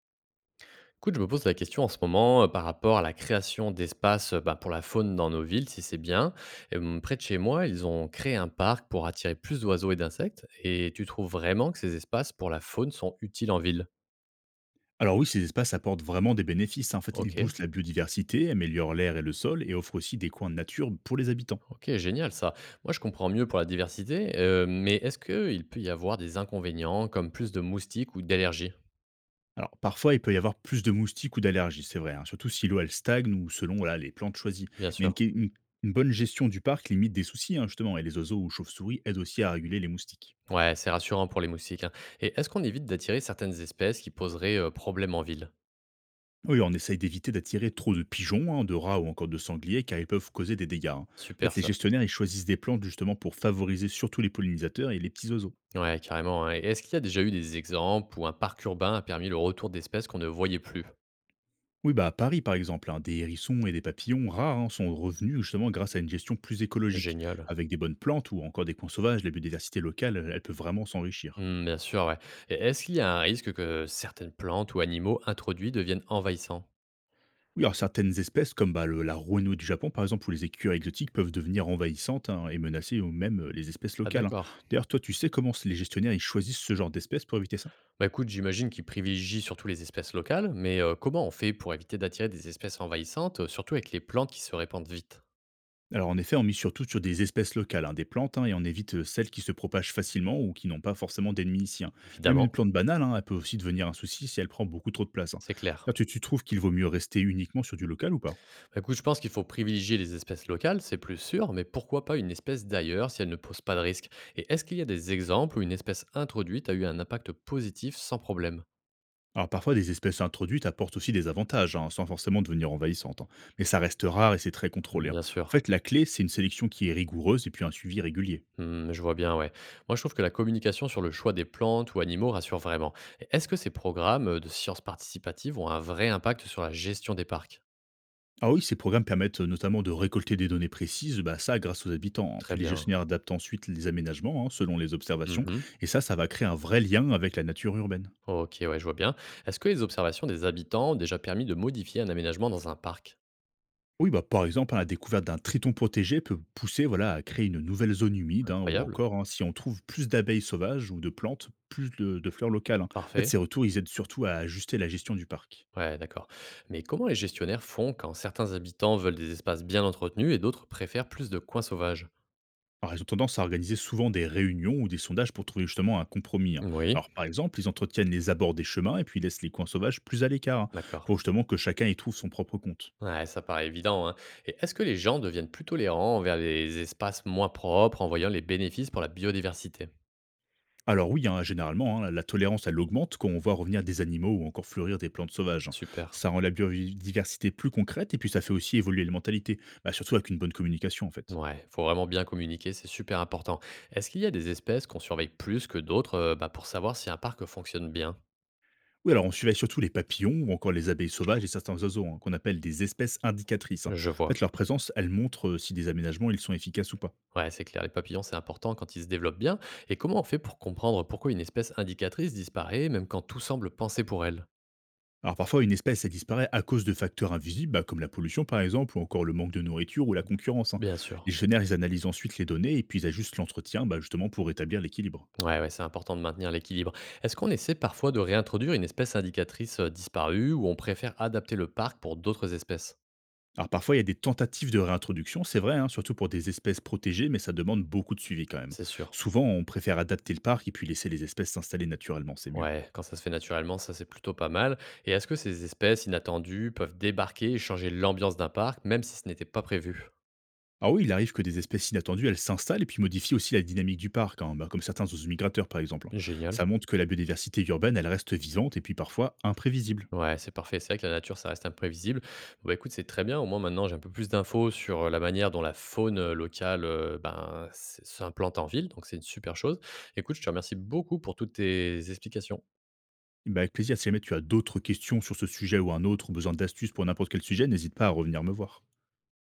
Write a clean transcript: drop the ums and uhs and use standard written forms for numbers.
Écoute, je me pose la question en ce moment par rapport à la création d'espaces pour la faune dans nos villes, si c'est bien. Près de chez moi, ils ont créé un parc pour attirer plus d'oiseaux et d'insectes. Et tu trouves vraiment que ces espaces pour la faune sont utiles en ville? Alors oui, ces espaces apportent vraiment des bénéfices, hein. En fait, ils Ok, boostent la biodiversité, améliorent l'air et le sol et offrent aussi des coins de nature pour les habitants. ok, génial ça. Moi, je comprends mieux pour la diversité, mais est-ce qu'il peut y avoir des inconvénients comme plus de moustiques ou d'allergies? Alors parfois, il peut y avoir plus de moustiques ou d'allergies, c'est vrai, hein, surtout si l'eau elle stagne ou selon voilà, les plantes choisies. Bien Mais sûr. une- une bonne gestion du parc limite des soucis, hein, justement, et les oiseaux ou chauves-souris aident aussi à réguler les moustiques. Ouais, c'est rassurant pour les moustiques, hein. Et est-ce qu'on évite d'attirer certaines espèces qui poseraient problème en ville? Oui, on essaye d'éviter d'attirer trop de pigeons, hein, de rats ou encore de sangliers, car ils peuvent causer des dégâts, hein. En fait, Super les ça. gestionnaires, ils choisissent des plantes justement pour favoriser surtout les pollinisateurs et les petits oiseaux. Ouais, carrément, hein. Et est-ce qu'il y a déjà eu des exemples où un parc urbain a permis le retour d'espèces qu'on ne voyait plus? Oui, bah à Paris, par exemple, hein, des hérissons et des papillons rares hein, sont revenus justement grâce à une gestion plus écologique. Génial. Avec des bonnes plantes ou encore des coins sauvages, la biodiversité locale, elle peut vraiment s'enrichir. Hmm, bien sûr, ouais. Et est-ce qu'il y a un risque que certaines plantes ou animaux introduits deviennent envahissants? Oui, alors certaines espèces, comme bah, la rouenot du Japon, par exemple, ou les écureuils exotiques, peuvent devenir envahissantes hein, et menacer ou même les espèces Ah locales, hein. d'accord. D'ailleurs, toi, tu sais comment les gestionnaires ils choisissent ce genre d'espèces pour éviter ça? Bah écoute, j'imagine qu'ils privilégient surtout les espèces locales, mais comment on fait pour éviter d'attirer des espèces envahissantes, surtout avec les plantes qui se répandent vite? Alors en effet, on mise surtout sur des espèces locales, hein, des plantes, hein, et on évite celles qui se propagent facilement ou qui n'ont pas forcément d'ennemis ici, hein. Même une Évidemment, plante banale, hein, elle peut aussi devenir un souci si elle prend beaucoup trop de place, hein. c'est clair. D'ailleurs, tu trouves qu'il vaut mieux rester uniquement sur du local ou pas? Écoute, je pense qu'il faut privilégier les espèces locales, c'est plus sûr, mais pourquoi pas une espèce d'ailleurs si elle ne pose pas de risque? Et est-ce qu'il y a des exemples où une espèce introduite a eu un impact positif sans problème? Alors parfois, des espèces introduites apportent aussi des avantages, hein, sans forcément devenir envahissantes, hein, mais ça reste rare et c'est très contrôlé, Mmh, hein. bien En sûr. fait, la clé, c'est une sélection qui est rigoureuse et puis un suivi régulier. Hmm, je vois bien, ouais. Moi, je trouve que la communication sur le choix des plantes ou animaux rassure vraiment. Et est-ce que ces programmes de sciences participatives ont un vrai impact sur la gestion des parcs? Ah oui, ces programmes permettent notamment de récolter des données précises, bah ça grâce aux habitants, hein. Très Puis les bien. gestionnaires adaptent ensuite les aménagements hein, selon les observations, Mhm. et ça va créer un vrai lien avec la nature urbaine. Ok, ouais, je vois bien. Est-ce que les observations des habitants ont déjà permis de modifier un aménagement dans un parc? Oui, bah par exemple, hein, la découverte d'un triton protégé peut pousser voilà, à créer une nouvelle zone humide, hein, ou Incroyable. encore hein, si on trouve plus d'abeilles sauvages ou de plantes, de fleurs locales, hein. En fait, Parfait. ces retours, ils aident surtout à ajuster la gestion du parc. Ouais, d'accord. Mais comment les gestionnaires font quand certains habitants veulent des espaces bien entretenus et d'autres préfèrent plus de coins sauvages? Alors, elles ont tendance à organiser souvent des réunions ou des sondages pour trouver justement un compromis, hein. Oui, Alors, par exemple, ils entretiennent les abords des chemins et puis laissent les coins sauvages plus à l'écart, hein, d'accord. pour justement que chacun y trouve son propre compte. Ouais, ça paraît évident, hein. Et est-ce que les gens deviennent plus tolérants envers les espaces moins propres en voyant les bénéfices pour la biodiversité? Alors oui, hein, généralement, hein, la tolérance, elle augmente quand on voit revenir des animaux ou encore fleurir des plantes sauvages, hein. Super. Ça rend la biodiversité plus concrète et puis ça fait aussi évoluer les mentalités, bah, surtout avec une bonne communication en fait. Ouais, faut vraiment bien communiquer, c'est super important. Est-ce qu'il y a des espèces qu'on surveille plus que d'autres pour savoir si un parc fonctionne bien? Oui, alors on surveille surtout les papillons ou encore les abeilles sauvages et certains oiseaux hein, qu'on appelle des espèces indicatrices, hein. Je En fait, vois. leur présence, elle montre si des aménagements ils sont efficaces ou pas. Ouais, c'est clair, les papillons, c'est important quand ils se développent bien. Et comment on fait pour comprendre pourquoi une espèce indicatrice disparaît, même quand tout semble penser pour elle? Alors parfois, une espèce, elle disparaît à cause de facteurs invisibles, bah, comme la pollution par exemple, ou encore le manque de nourriture ou la concurrence, hein. Bien Les sûr. gestionnaires, ils analysent ensuite les données et puis ils ajustent l'entretien bah, justement pour rétablir l'équilibre. Ouais, ouais, c'est important de maintenir l'équilibre. Est-ce qu'on essaie parfois de réintroduire une espèce indicatrice disparue ou on préfère adapter le parc pour d'autres espèces? Alors parfois, il y a des tentatives de réintroduction, c'est vrai, hein, surtout pour des espèces protégées, mais ça demande beaucoup de suivi quand même. C'est sûr. Souvent, on préfère adapter le parc et puis laisser les espèces s'installer naturellement, c'est mieux. Ouais, quand ça se fait naturellement, ça c'est plutôt pas mal. Et est-ce que ces espèces inattendues peuvent débarquer et changer l'ambiance d'un parc, même si ce n'était pas prévu? Ah oui, il arrive que des espèces inattendues, elles s'installent et puis modifient aussi la dynamique du parc, hein, bah, comme certains oiseaux migrateurs par exemple, hein. Génial. Ça montre que la biodiversité urbaine, elle reste vivante et puis parfois imprévisible. Ouais, c'est parfait. C'est vrai que la nature, ça reste imprévisible. Bon, bah, écoute, c'est très bien. Au moins, maintenant, j'ai un peu plus d'infos sur la manière dont la faune locale s'implante en ville. Donc, c'est une super chose. Écoute, je te remercie beaucoup pour toutes tes explications. Bah, avec plaisir, si jamais tu as d'autres questions sur ce sujet ou un autre, ou besoin d'astuces pour n'importe quel sujet, n'hésite pas à revenir me voir.